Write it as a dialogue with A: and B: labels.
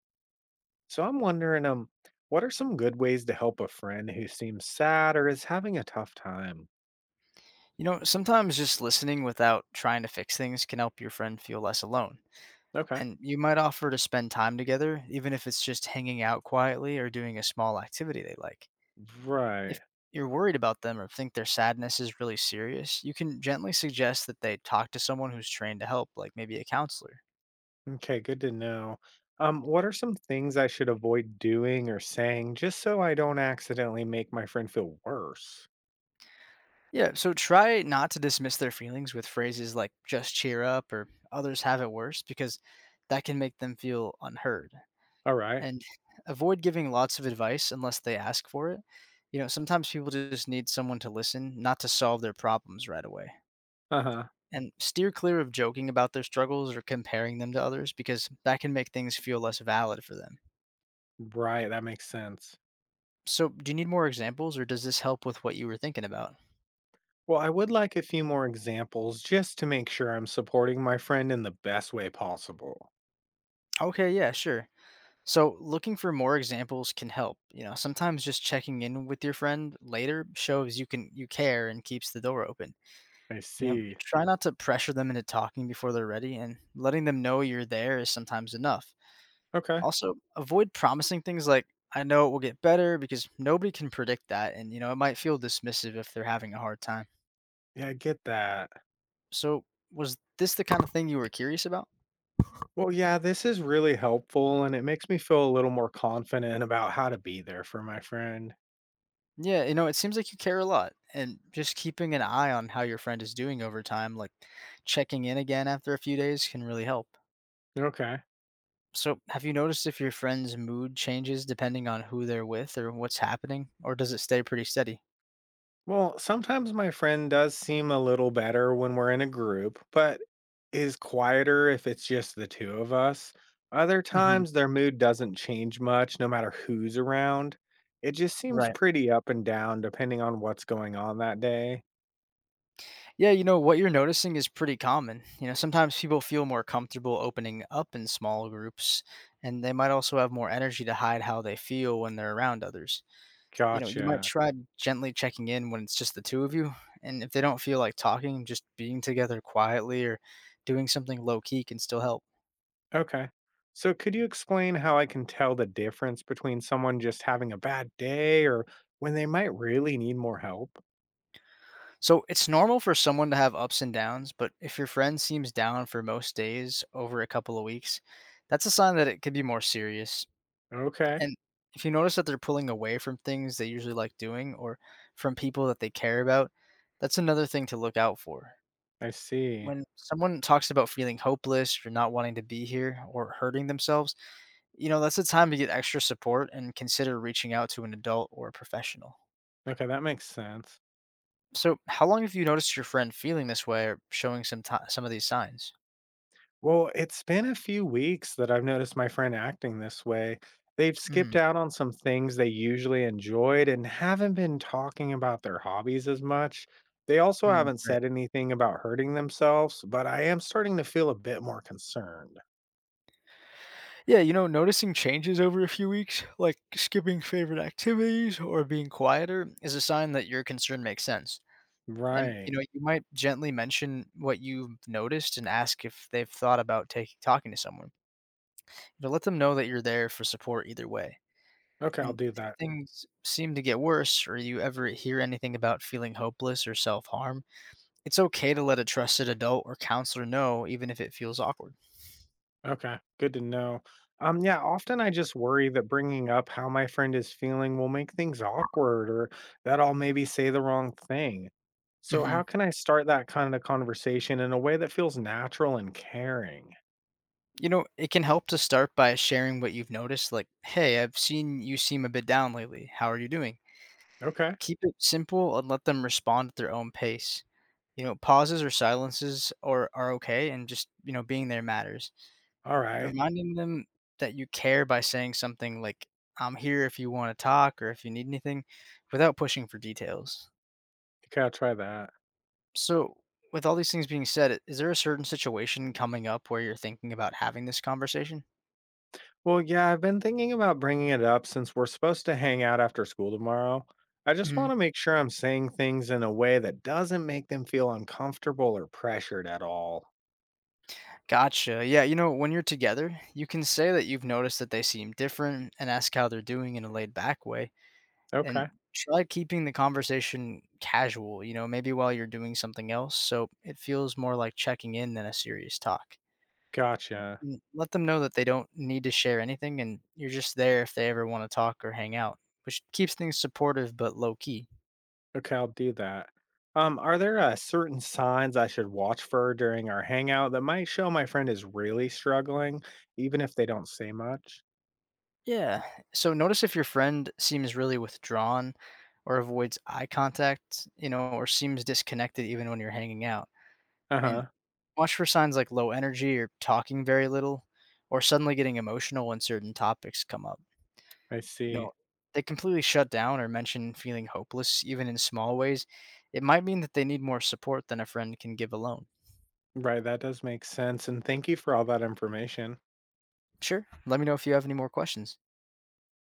A: So I'm wondering, what are some good ways to help a friend who seems sad or is having a tough time?
B: You know, sometimes just listening without trying to fix things can help your friend feel less alone.
A: Okay.
B: And you might offer to spend time together, even if it's just hanging out quietly or doing a small activity they like. If
A: Right.
B: you're worried about them or think their sadness is really serious, you can gently suggest that they talk to someone who's trained to help, like maybe a counselor.
A: Okay, good to know. What are some things I should avoid doing or saying just so I don't accidentally make my friend feel worse?
B: Yeah, so try not to dismiss their feelings with phrases like just cheer up or others have it worse, because that can make them feel unheard.
A: All right.
B: And avoid giving lots of advice unless they ask for it. You know, sometimes people just need someone to listen, not to solve their problems right away.
A: Uh-huh.
B: And steer clear of joking about their struggles or comparing them to others because that can make things feel less valid for them.
A: Right, that makes sense.
B: So, do you need more examples or does this help with what you were thinking about?
A: Well, I would like a few more examples just to make sure I'm supporting my friend in the best way possible.
B: Okay, yeah, sure. So, looking for more examples can help. You know, sometimes just checking in with your friend later shows you care and keeps the door open.
A: I
B: You know,
A: see.
B: try not to pressure them into talking before they're ready, and letting them know you're there is sometimes enough.
A: Okay.
B: Also, avoid promising things like, I know it will get better because nobody can predict that. And, you know, it might feel dismissive if they're having a hard time.
A: Yeah, I get that.
B: So, was this the kind of thing you were curious about?
A: Well, yeah, this is really helpful, and it makes me feel a little more confident about how to be there for my friend.
B: Yeah, you know, it seems like you care a lot. And just keeping an eye on how your friend is doing over time, like checking in again after a few days, can really help.
A: Okay.
B: So, have you noticed if your friend's mood changes depending on who they're with or what's happening, or does it stay pretty steady?
A: Well, sometimes my friend does seem a little better when we're in a group, but is quieter if it's just the two of us. Other
B: Hmm.
A: times, their mood doesn't change much no matter who's around. It just seems
B: Right.
A: pretty up and down depending on what's going on that day.
B: Yeah, you know, what you're noticing is pretty common. You know, sometimes people feel more comfortable opening up in small groups, and they might also have more energy to hide how they feel when they're around others. You know, you might
A: Gotcha.
B: try gently checking in when it's just the two of you, and if they don't feel like talking, just being together quietly or doing something low key can still help.
A: Okay. So could you explain how I can tell the difference between someone just having a bad day or when they might really need more help?
B: So it's normal for someone to have ups and downs, but if your friend seems down for most days over a couple of weeks, that's a sign that it could be more serious.
A: Okay.
B: And if you notice that they're pulling away from things they usually like doing or from people that they care about, that's another thing to look out for.
A: I see.
B: When someone talks about feeling hopeless or not wanting to be here or hurting themselves, you know, that's a time to get extra support and consider reaching out to an adult or a professional.
A: Okay, that makes sense.
B: So, how long have you noticed your friend feeling this way or showing some of these signs?
A: Well, it's been a few weeks that I've noticed my friend acting this way. They've skipped
B: Mm,
A: out on some things they usually enjoyed and haven't been talking about their hobbies as much. They also
B: mm,
A: haven't
B: right.
A: said anything about hurting themselves, but I am starting to feel a bit more concerned.
B: Yeah, you know, noticing changes over a few weeks, like skipping favorite activities or being quieter, is a sign that your concern makes sense. And
A: Right.
B: you know, you might gently mention what you've noticed and ask if they've thought about taking talking to someone. You know, let them know that you're there for support either way.
A: Okay, I'll
B: And
A: do
B: if
A: that.
B: things seem to get worse, or you ever hear anything about feeling hopeless or self harm, it's okay to let a trusted adult or counselor know, even if it feels awkward.
A: Okay, good to know. Yeah, often I just worry that bringing up how my friend is feeling will make things awkward or that I'll maybe say the wrong thing. So,
B: Hmm.
A: how can I start that kind of conversation in a way that feels natural and caring?
B: You know, it can help to start by sharing what you've noticed, like, hey, I've seen you seem a bit down lately. How are you doing?
A: Okay,
B: Keep it simple and let them respond at their own pace. You know, pauses or silences are okay, and just, you know, being there matters.
A: all right.
B: Reminding them that you care by saying something like, I'm here if you want to talk or if you need anything, without pushing for details.
A: Okay, I'll try that.
B: So, with all these things being said, is there a certain situation coming up where you're thinking about having this conversation?
A: Well, yeah, I've been thinking about bringing it up since we're supposed to hang out after school tomorrow. I just want
B: Mhm.
A: to make sure I'm saying things in a way that doesn't make them feel uncomfortable or pressured at all.
B: Gotcha. Yeah, you know, when you're together, you can say that you've noticed that they seem different and ask how they're doing in a laid back way. And
A: Okay,
B: try keeping the conversation casual, you know, maybe while you're doing something else. So it feels more like checking in than a serious talk.
A: gotcha.
B: And let them know that they don't need to share anything and you're just there if they ever want to talk or hang out, which keeps things supportive but low key.
A: Okay, I'll do that. Are there certain signs I should watch for during our hangout that might show my friend is really struggling, even if they don't say much?
B: Yeah. So notice if your friend seems really withdrawn or avoids eye contact, you know, or seems disconnected even when you're hanging out.
A: Uh
B: And
A: huh.
B: watch for signs like low energy or talking very little or suddenly getting emotional when certain topics come up.
A: I
B: You
A: see.
B: know, they completely shut down or mention feeling hopeless even in small ways. It might mean that they need more support than a friend can give alone.
A: Right, that does make sense. And thank you for all that information.
B: Sure. Let me know if you have any more questions.